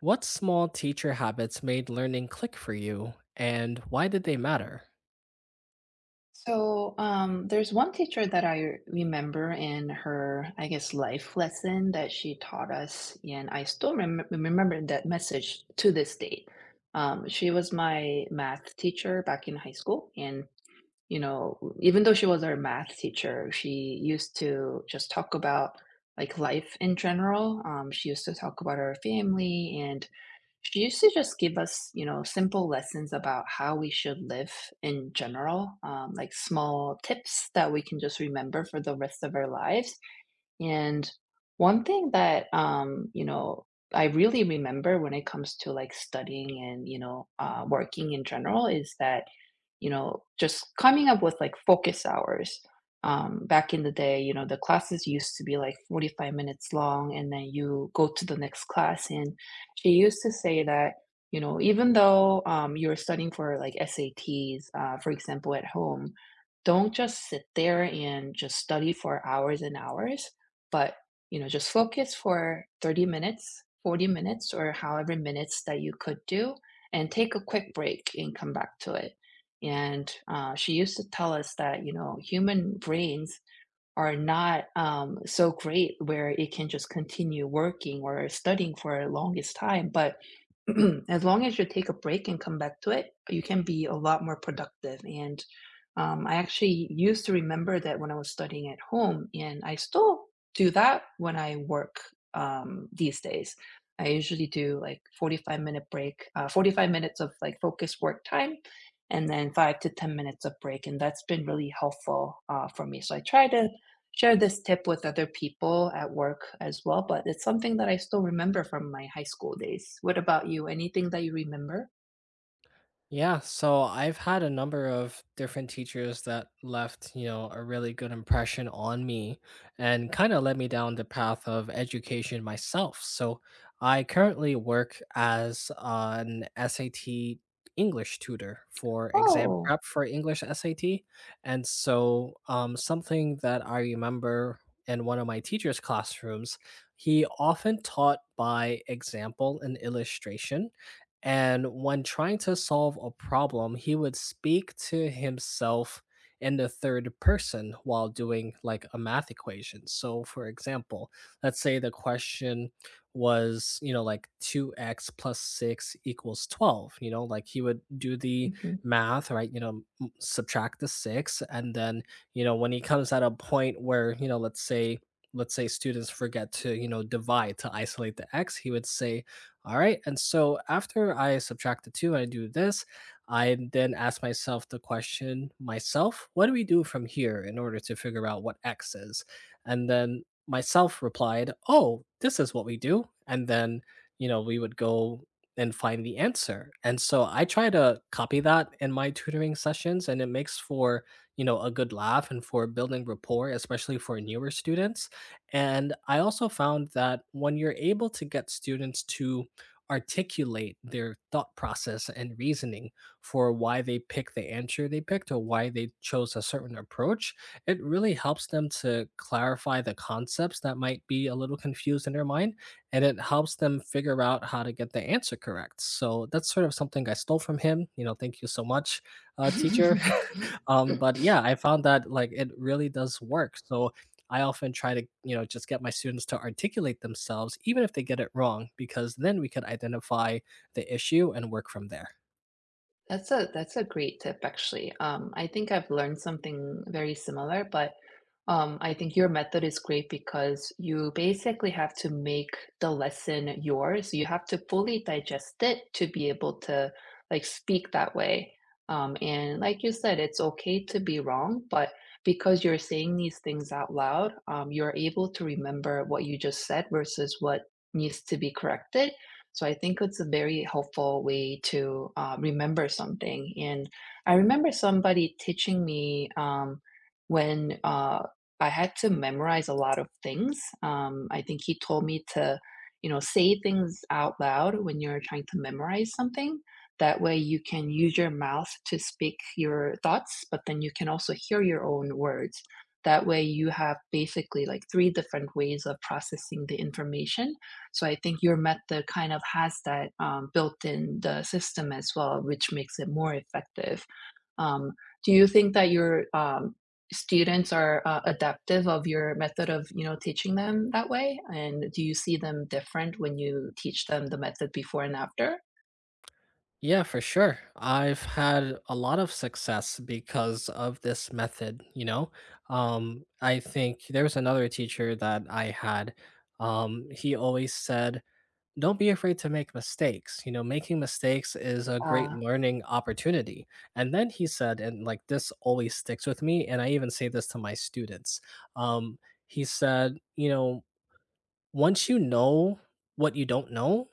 What small teacher habits made learning click for you, and why did they matter? There's one teacher that I remember, in her, I guess, life lesson that she taught us, and I still remember that message to this day. She was my math teacher back in high school, and you know, even though she was our math teacher, she used to just talk about like life in general. She used to talk about her family, and she used to just give us, you know, simple lessons about how we should live in general, like small tips that we can just remember for the rest of our lives. And one thing that, you know, I really remember when it comes to like studying and, you know, working in general is that, you know, just coming up with like focus hours. Back in the day, you know, the classes used to be like 45 minutes long, and then you go to the next class. And she used to say that, you know, even though you're studying for like SATs, for example, at home, don't just sit there and just study for hours and hours, but, you know, just focus for 30 minutes, 40 minutes, or however minutes that you could do, and take a quick break and come back to it. And she used to tell us that, you know, human brains are not so great where it can just continue working or studying for the longest time. But as long as you take a break and come back to it, you can be a lot more productive. And I actually used to remember that when I was studying at home, and I still do that when I work these days. I usually do like 45-minute break, 45 minutes of like focused work time, and then five to 10 minutes of break. And that's been really helpful for me. So I try to share this tip with other people at work as well, but it's something that I still remember from my high school days. What about you? Anything that you remember? Yeah, so I've had a number of different teachers that left, you know, a really good impression on me and kind of led me down the path of education myself. So I currently work as an SAT English tutor for exam Oh. prep for English SAT. And so something that I remember in one of my teacher's classrooms, he often taught by example and illustration, and when trying to solve a problem, he would speak to himself in the third person while doing like a math equation. So, for example, let's say the question was, you know, like 2x plus 6 equals 12. You know, like he would do the Mhm. math, right? You know, subtract the 6. And then, you know, when he comes at a point where, you know, let's say students forget to, you know, divide to isolate the x, he would say, all right. And so after I subtract the two and I do this, I then ask myself the question myself, what do we do from here in order to figure out what x is? And then myself replied, oh, this is what we do. And then, you know, we would go and find the answer. And so I try to copy that in my tutoring sessions, and it makes for, you know, a good laugh and for building rapport, especially for newer students. And I also found that when you're able to get students to articulate their thought process and reasoning for why they picked the answer they picked or why they chose a certain approach, it really helps them to clarify the concepts that might be a little confused in their mind, and it helps them figure out how to get the answer correct. So that's sort of something I stole from him. You know, thank you so much, teacher. But yeah, I found that like it really does work. So I often try to, you know, just get my students to articulate themselves, even if they get it wrong, because then we could identify the issue and work from there. That's a great tip, actually. I think I've learned something very similar, but I think your method is great because you basically have to make the lesson yours. You have to fully digest it to be able to like speak that way. And like you said, it's okay to be wrong, but because you're saying these things out loud, you're able to remember what you just said versus what needs to be corrected. So I think it's a very helpful way to remember something. And I remember somebody teaching me, when I had to memorize a lot of things. I think he told me to, you know, say things out loud when you're trying to memorize something. That way you can use your mouth to speak your thoughts, but then you can also hear your own words. That way you have basically like three different ways of processing the information, so I think your method kind of has that built in the system as well, which makes it more effective. Um, do you think that your students are adaptive of your method of, you know, teaching them that way, and do you see them different when you teach them the method before and after? Yeah, for sure. I've had a lot of success because of this method, you know. I think there was another teacher that I had. He always said, don't be afraid to make mistakes. You know, making mistakes is a great uh, learning opportunity. And then he said, and like this always sticks with me, and I even say this to my students. Um, he said, you know, once you know what you don't know,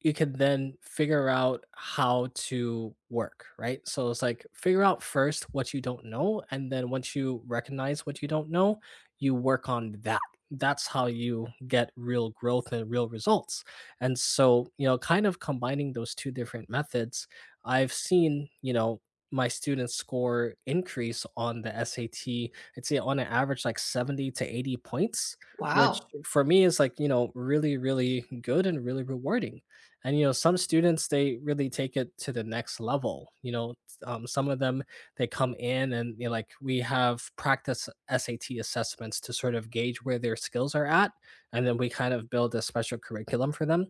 you can then figure out how to work, right? So it's like figure out first what you don't know. And then once you recognize what you don't know, you work on that. That's how you get real growth and real results. And so, you know, kind of combining those two different methods, I've seen, you know, my students score increase on the SAT, I'd say on an average like 70 to 80 points, which wow. for me is like, you know, really, really good and really rewarding. And you know, some students, they really take it to the next level, you know. Some of them, they come in and, you know, like we have practice SAT assessments to sort of gauge where their skills are at, and then we kind of build a special curriculum for them.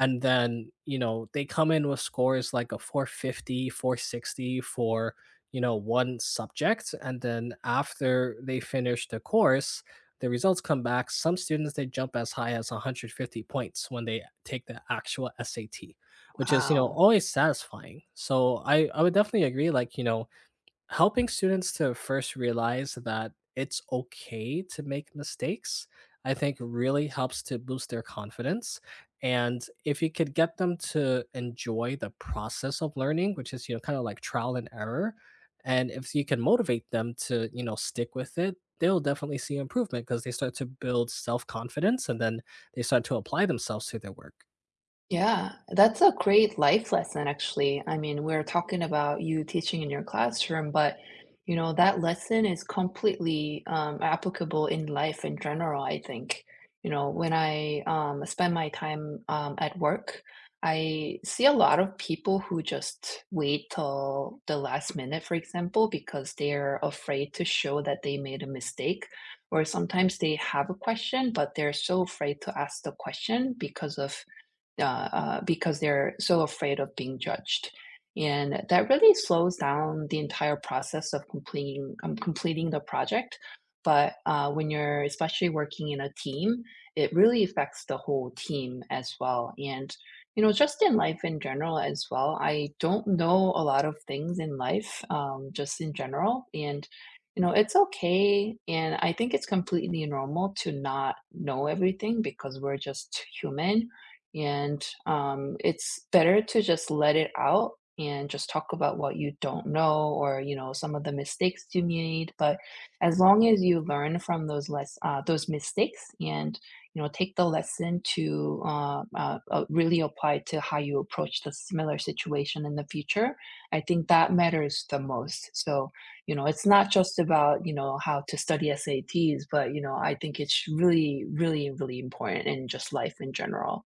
And then, you know, they come in with scores like a 450 460 for, you know, one subject, and then after they finish the course, the results come back. Some students, they jump as high as 150 points when they take the actual SAT, which is, you know, Wow. always satisfying. So I would definitely agree. Like, you know, helping students to first realize that it's okay to make mistakes, I think really helps to boost their confidence. And if you could get them to enjoy the process of learning, which is, you know, kind of like trial and error, and if you can motivate them to, you know, stick with it, they'll definitely see improvement because they start to build self confidence, and then they start to apply themselves to their work. Yeah, that's a great life lesson, actually. I mean, we're talking about you teaching in your classroom, but you know, that lesson is completely applicable in life in general, I think. You know, when I spend my time at work, I see a lot of people who just wait till the last minute, for example, because they're afraid to show that they made a mistake. Or sometimes they have a question, but they're so afraid to ask the question because of because they're so afraid of being judged. And that really slows down the entire process of completing the project. But when you're especially working in a team, it really affects the whole team as well. And you know, just in life in general as well, I don't know a lot of things in life, just in general. And you know, it's okay, and I think it's completely normal to not know everything because we're just human, and it's better to just let it out and just talk about what you don't know, or you know, some of the mistakes you made. But as long as you learn from those less those mistakes, and you know, take the lesson to really apply to how you approach the similar situation in the future, I think that matters the most. So you know, it's not just about you know how to study SATs, but you know I think it's really really really important in just life in general.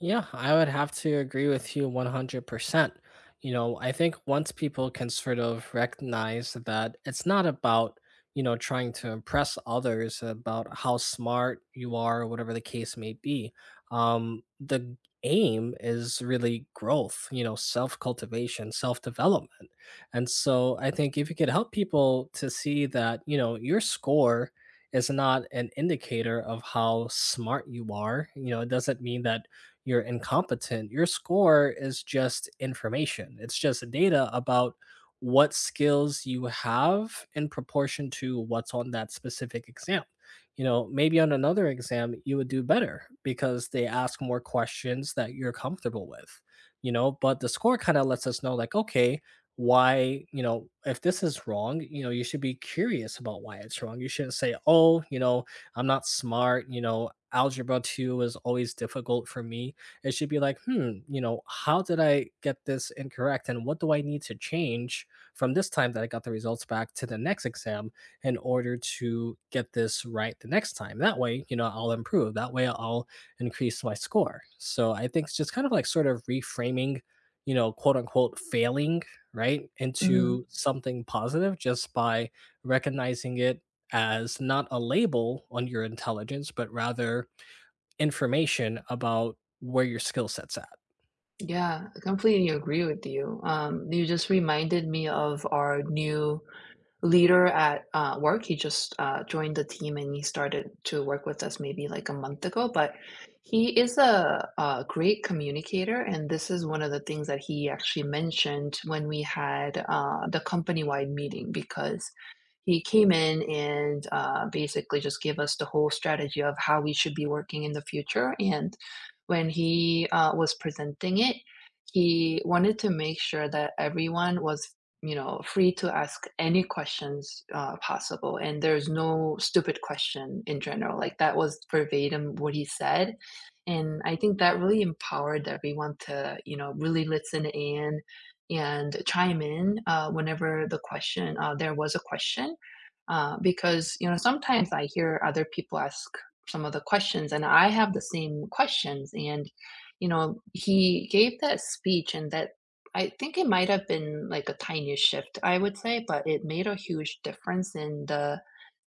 Yeah, I would have to agree with you 100%. You know, I think once people can sort of recognize that it's not about, you know, trying to impress others about how smart you are or whatever the case may be. The aim is really growth, you know, self cultivation, self development. And so I think if you could help people to see that, you know, your score is not an indicator of how smart you are, you know, it doesn't mean that you're incompetent, your score is just information. It's just data about what skills you have in proportion to what's on that specific exam. You know, maybe on another exam, you would do better because they ask more questions that you're comfortable with, you know, but the score kind of lets us know, like, okay, why, you know, if this is wrong, you know, you should be curious about why it's wrong. You shouldn't say, oh, you know, I'm not smart, you know, algebra 2 is always difficult for me. It should be like, hmm, you know, how did I get this incorrect? And what do I need to change from this time that I got the results back to the next exam in order to get this right the next time? That way, you know, I'll improve. That way, I'll increase my score. So I think it's just kind of like sort of reframing, you know, quote unquote failing, right, into Mhm. something positive just by recognizing it as not a label on your intelligence, but rather information about where your skill set's at. Yeah, I completely agree with you. You just reminded me of our new leader at work. He just joined the team and he started to work with us maybe like a month ago. But he is a great communicator, and this is one of the things that he actually mentioned when we had the company-wide meeting, because he came in and basically just gave us the whole strategy of how we should be working in the future. And when he was presenting it, he wanted to make sure that everyone was, you know, free to ask any questions possible, and there's no stupid question in general. Like that was verbatim what he said, and I think that really empowered everyone to you know really listen in and chime in whenever the question there was a question, because you know sometimes I hear other people ask some of the questions, and I have the same questions, and you know he gave that speech, and that, I think it might have been like a tiny shift, I would say, but it made a huge difference in the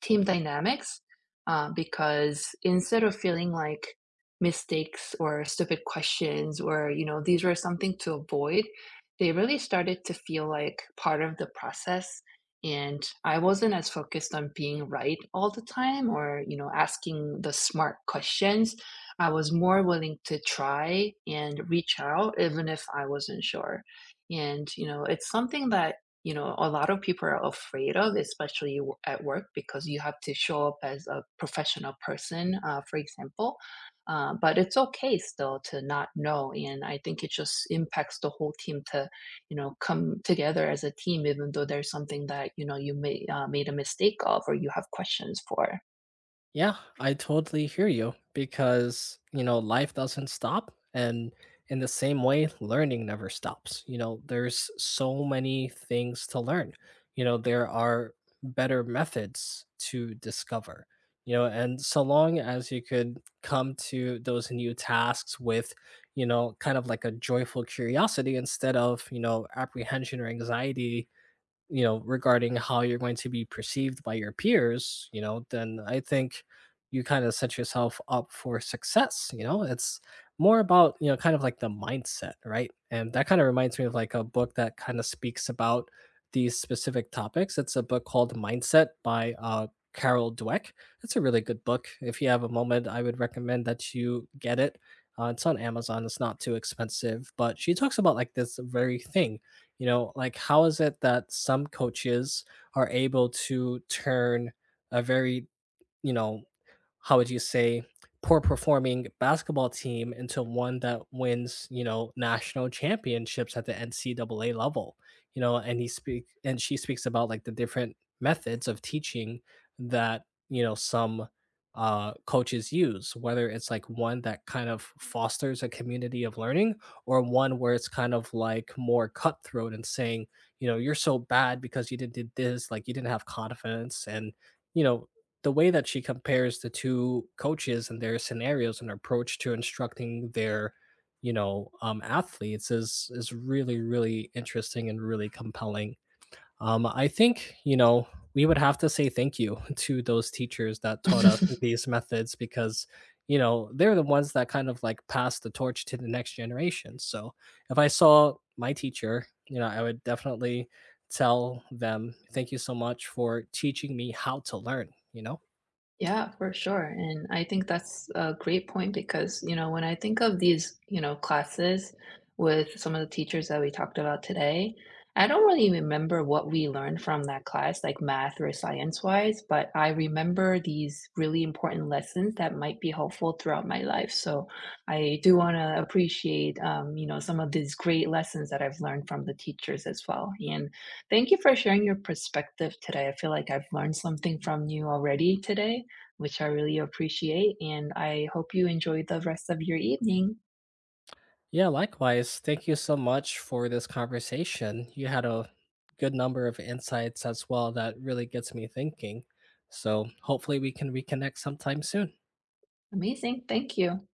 team dynamics because instead of feeling like mistakes or stupid questions or, you know, these were something to avoid, they really started to feel like part of the process. And I wasn't as focused on being right all the time or, you know, asking the smart questions. I was more willing to try and reach out even if I wasn't sure. And, you know, it's something that, you know, a lot of people are afraid of, especially at work, because you have to show up as a professional person, for example. But it's okay still to not know. And I think it just impacts the whole team to, you know, come together as a team, even though there's something that, you know, you may, made a mistake of, or you have questions for. Yeah, I totally hear you because, you know, life doesn't stop. And in the same way, learning never stops. You know, there's so many things to learn. You know, there are better methods to discover, you know, and so long as you could come to those new tasks with, you know, kind of like a joyful curiosity instead of, you know, apprehension or anxiety, you know, regarding how you're going to be perceived by your peers, you know, then I think you kind of set yourself up for success. You know, it's more about, you know, kind of like the mindset, right? And that kind of reminds me of like a book that kind of speaks about these specific topics. It's a book called Mindset by Carol Dweck. It's a really good book. If you have a moment, I would recommend that you get it. It's on Amazon, it's not too expensive, but she talks about like this very thing. You know, like how is it that some coaches are able to turn a very, you know, how would you say, poor performing basketball team into one that wins, you know, national championships at the NCAA level, you know. And she speaks about like the different methods of teaching that, you know, some coaches use, whether it's like one that kind of fosters a community of learning or one where it's kind of like more cutthroat and saying, you know, you're so bad because you didn't did this, like you didn't have confidence, and you know, the way that she compares the two coaches and their scenarios and approach to instructing their, you know, athletes is really, really interesting and really compelling. I think, you know, we would have to say thank you to those teachers that taught us these methods, because you know, they're the ones that kind of like pass the torch to the next generation. So if I saw my teacher, you know, I would definitely tell them thank you so much for teaching me how to learn, you know. Yeah, for sure. And I think that's a great point because, you know, when I think of these, you know, classes with some of the teachers that we talked about today, I don't really remember what we learned from that class, like math or science wise, but I remember these really important lessons that might be helpful throughout my life. So I do want to appreciate, you know, some of these great lessons that I've learned from the teachers as well. And thank you for sharing your perspective today. I feel like I've learned something from you already today, which I really appreciate. And I hope you enjoy the rest of your evening. Yeah, likewise. Thank you so much for this conversation. You had a good number of insights as well that really gets me thinking. So hopefully we can reconnect sometime soon. Amazing. Thank you.